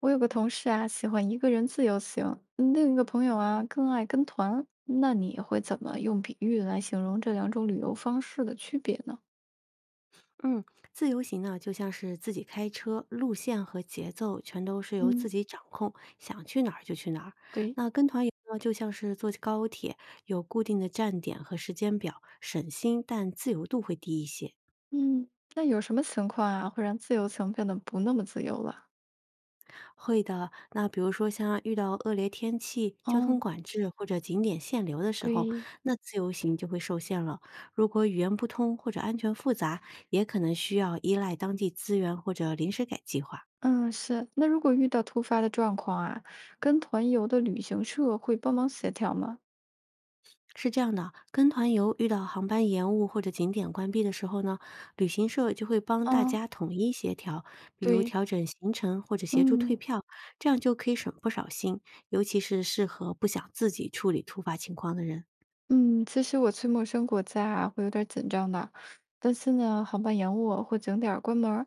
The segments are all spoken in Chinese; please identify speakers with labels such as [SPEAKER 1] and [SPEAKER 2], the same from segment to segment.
[SPEAKER 1] 我有个同事啊，喜欢一个人自由行，另一个朋友啊更爱跟团。那你会怎么用比喻来形容这两种旅游方式的区别呢？
[SPEAKER 2] 嗯，自由行呢，就像是自己开车，路线和节奏全都是由自
[SPEAKER 1] 嗯
[SPEAKER 2] 己掌控，想去哪儿就去哪儿。
[SPEAKER 1] 对，
[SPEAKER 2] 那跟团游呢，就像是坐高铁，有固定的站点和时间表，省心，但自由度会低一些。
[SPEAKER 1] 嗯，那有什么情况啊会让自由行变得不那么自由了？
[SPEAKER 2] 会的，那比如说像遇到恶劣天气、交
[SPEAKER 1] 哦，
[SPEAKER 2] 通管制或者景点限流的时候，
[SPEAKER 1] 对，
[SPEAKER 2] 那自由行就会受限了。如果语言不通或者安全复杂，也可能需要依赖当地资源或者临时改计划。
[SPEAKER 1] 嗯，是。那如果遇到突发的状况啊，跟团游的旅行社会帮忙协调吗？
[SPEAKER 2] 是这样的，跟团游遇到航班延误或者景点关闭的时候呢，旅行社就会帮大
[SPEAKER 1] 哦，
[SPEAKER 2] 家统一协调，比如
[SPEAKER 1] 对，
[SPEAKER 2] 调整行程或者协助退
[SPEAKER 1] 嗯。
[SPEAKER 2] 票，这样就可以省不少心，尤其是适合不想自己处理突发情况的人。
[SPEAKER 1] 嗯，其实我去陌生国家啊，会有点儿紧张的，担心呢航班延误或景点儿关门儿。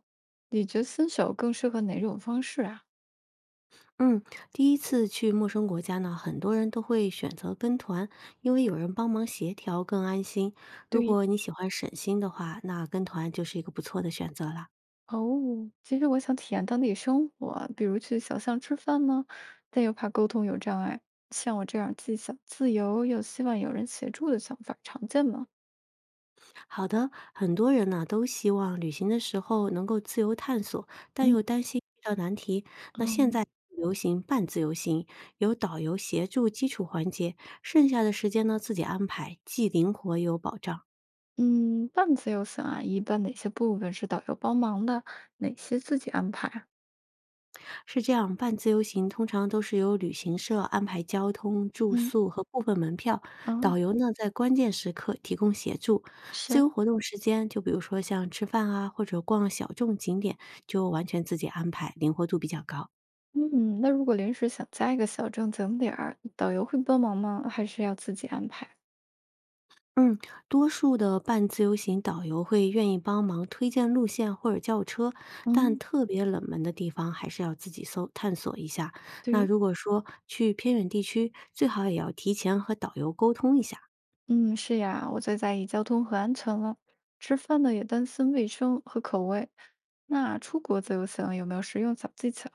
[SPEAKER 1] 你觉得新手更适合哪种方式啊？
[SPEAKER 2] 嗯，第一次去陌生国家呢，很多人都会选择跟团，因为有人帮忙协调更安心。如
[SPEAKER 1] 对，
[SPEAKER 2] 果你喜欢省心的话，那跟团就是一个不错的选择啦。
[SPEAKER 1] 哦，其实我想体验当地生活，比如去小巷吃饭呢，但又怕沟通有障碍。像我这样既想自由又希望有人协助的想法儿常见吗？
[SPEAKER 2] 好的，很多人呢、都希望旅行的时候能够自由探索，但
[SPEAKER 1] 嗯
[SPEAKER 2] 又担心遇到难题。那现
[SPEAKER 1] 嗯
[SPEAKER 2] 在流行半自由行，有导游协助基础环节，剩下的时间呢自己安排，既灵活又有保障。
[SPEAKER 1] 嗯，半自由行啊，一般哪些部分是导游帮忙的，哪些自己安排啊？
[SPEAKER 2] 是这样，半自由行通常都是由旅行社安排交通、住
[SPEAKER 1] 嗯
[SPEAKER 2] 宿和部分门票，导
[SPEAKER 1] 啊。
[SPEAKER 2] 游呢在关键时刻提供协助。自
[SPEAKER 1] 是。
[SPEAKER 2] 由活动时间，就比如说像吃饭啊或者逛小众景点，就完全自己安排，灵活度比较高。
[SPEAKER 1] 嗯，那如果临时想加一个小众景点儿，导游会帮忙吗？还是要自己安排？
[SPEAKER 2] 嗯，多数的半自由行导游会愿意帮忙推荐路线或者叫车，但
[SPEAKER 1] 嗯，
[SPEAKER 2] 特别冷门的地方还是要自己搜探索一下。那
[SPEAKER 1] 对，
[SPEAKER 2] 如果说去偏远地区，最好也要提前和导游沟通一下。
[SPEAKER 1] 嗯，是呀，我最在意交通和安全了。吃饭呢也担心卫生和口味。那出国自由行有没有实用小技巧？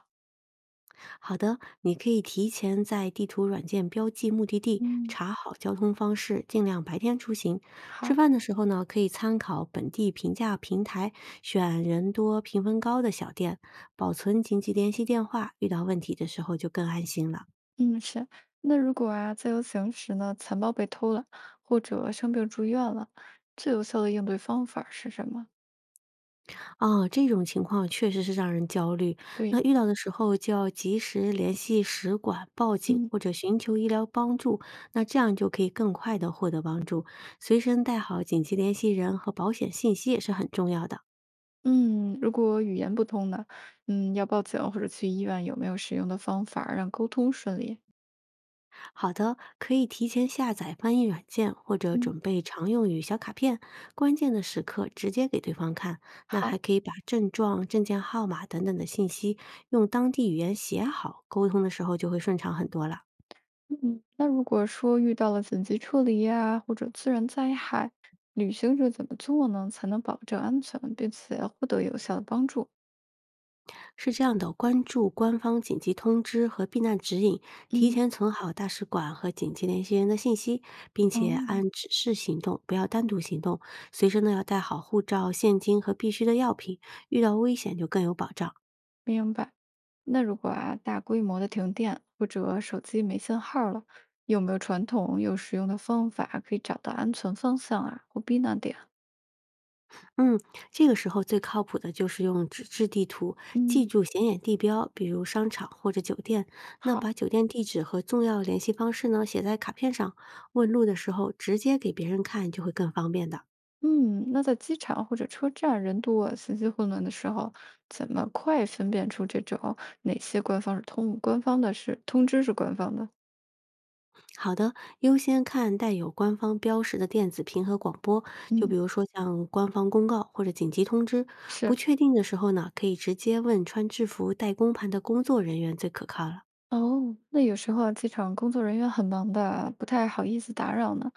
[SPEAKER 2] 好的，你可以提前在地图软件标记目的地，
[SPEAKER 1] 嗯，
[SPEAKER 2] 查好交通方式，尽量白天出行。吃
[SPEAKER 1] 好，
[SPEAKER 2] 饭的时候呢，可以参考本地评价平台，选人多、评分高的小店，保存紧急联系电话，遇到问题的时候就更安心了。
[SPEAKER 1] 嗯，是。那如果啊自由行时呢，钱包被偷了，或者生病住院了，最有效的应对方法是什么？
[SPEAKER 2] 啊，这种情况确实是让人焦虑。那
[SPEAKER 1] 对，
[SPEAKER 2] 遇到的时候就要及时联系使馆、报警
[SPEAKER 1] 嗯。
[SPEAKER 2] 或者寻求医疗帮助，那这样就可以更快的获得帮助。随身带好紧急联系人和保险信息也是很重要的。
[SPEAKER 1] 嗯，如果语言不通呢，要报警或者去医院，有没有使用的方法儿让沟通顺利？
[SPEAKER 2] 好的，可以提前下载翻译软件或者
[SPEAKER 1] 嗯，
[SPEAKER 2] 准备常用语小卡片，关键的时刻直接给对方看。那还
[SPEAKER 1] 好，
[SPEAKER 2] 可以把症状、证件号码等等的信息用当地语言写好，沟通的时候就会顺畅很多了。
[SPEAKER 1] 嗯，那如果说遇到了紧急处理呀，或者自然灾害，旅行者怎么做呢，才能保证安全，并且获得有效的帮助？
[SPEAKER 2] 是这样的，关注官方紧急通知和避难指引，提
[SPEAKER 1] 嗯，
[SPEAKER 2] 前存好大使馆和紧急联系人的信息，并
[SPEAKER 1] 哦，
[SPEAKER 2] 且按指示行动，不要单独行动。随身呢要带好护照、现金和必需的药品，遇到危险就更有保障。
[SPEAKER 1] 明白。那如果啊，大规模的停电或者手机没信号儿了，有没有传统又实用的方法可以找到安全方向啊，或避难点？
[SPEAKER 2] 嗯，这个时候最靠谱的就是用纸质地图，记
[SPEAKER 1] 嗯，
[SPEAKER 2] 住显眼地标，比如商场或者酒店。那
[SPEAKER 1] 好。
[SPEAKER 2] 把酒店地址和重要联系方式呢写在卡片上，问路的时候直接给别人看就会更方便的。
[SPEAKER 1] 嗯，那在机场或者车站人多、信息混乱的时候，怎么快分辨出这种哪些官方是通官方的是通知是官方的？
[SPEAKER 2] 好的，优先看带有官方标识的电子屏和广播，就
[SPEAKER 1] 嗯，
[SPEAKER 2] 比如说像官方公告或者紧急通知。不
[SPEAKER 1] 是
[SPEAKER 2] 确定的时候呢，可以直接问穿制服戴工盘的工作人员最可靠了。
[SPEAKER 1] 哦。那有时候啊，机场工作人员很忙的啊，不太好意思打扰呢。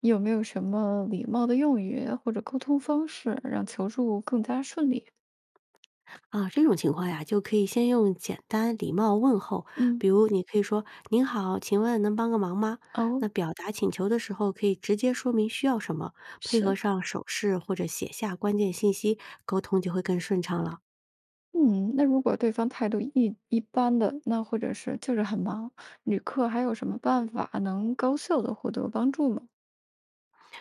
[SPEAKER 1] 有没有什么礼貌的用语或者沟通方式，让求助更加顺利？
[SPEAKER 2] 啊，这种情况呀，就可以先用简单礼貌问候，
[SPEAKER 1] 嗯，
[SPEAKER 2] 比如你可以说"您好，请问能帮个忙吗？"
[SPEAKER 1] 哦，
[SPEAKER 2] 那表达请求的时候，可以直接说明需要什么，配合
[SPEAKER 1] 是。
[SPEAKER 2] 上手势或者写下关键信息，沟通就会更顺畅了。
[SPEAKER 1] 嗯，那如果对方态度一般的，那或者是就是很忙，旅客还有什么办法能高效的获得帮助吗？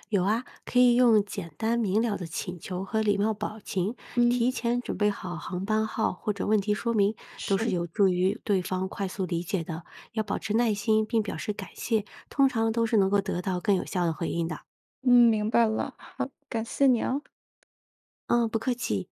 [SPEAKER 2] 有啊，可以用简单明了的请求和礼貌表情，
[SPEAKER 1] 嗯，
[SPEAKER 2] 提前准备好航班号或者问题说明，都是
[SPEAKER 1] 是。
[SPEAKER 2] 有助于对方快速理解的。要保持耐心并表示感谢，通常都是能够得到更有效的回应的。
[SPEAKER 1] 嗯，明白了，好，感谢你啊。
[SPEAKER 2] 嗯，不客气。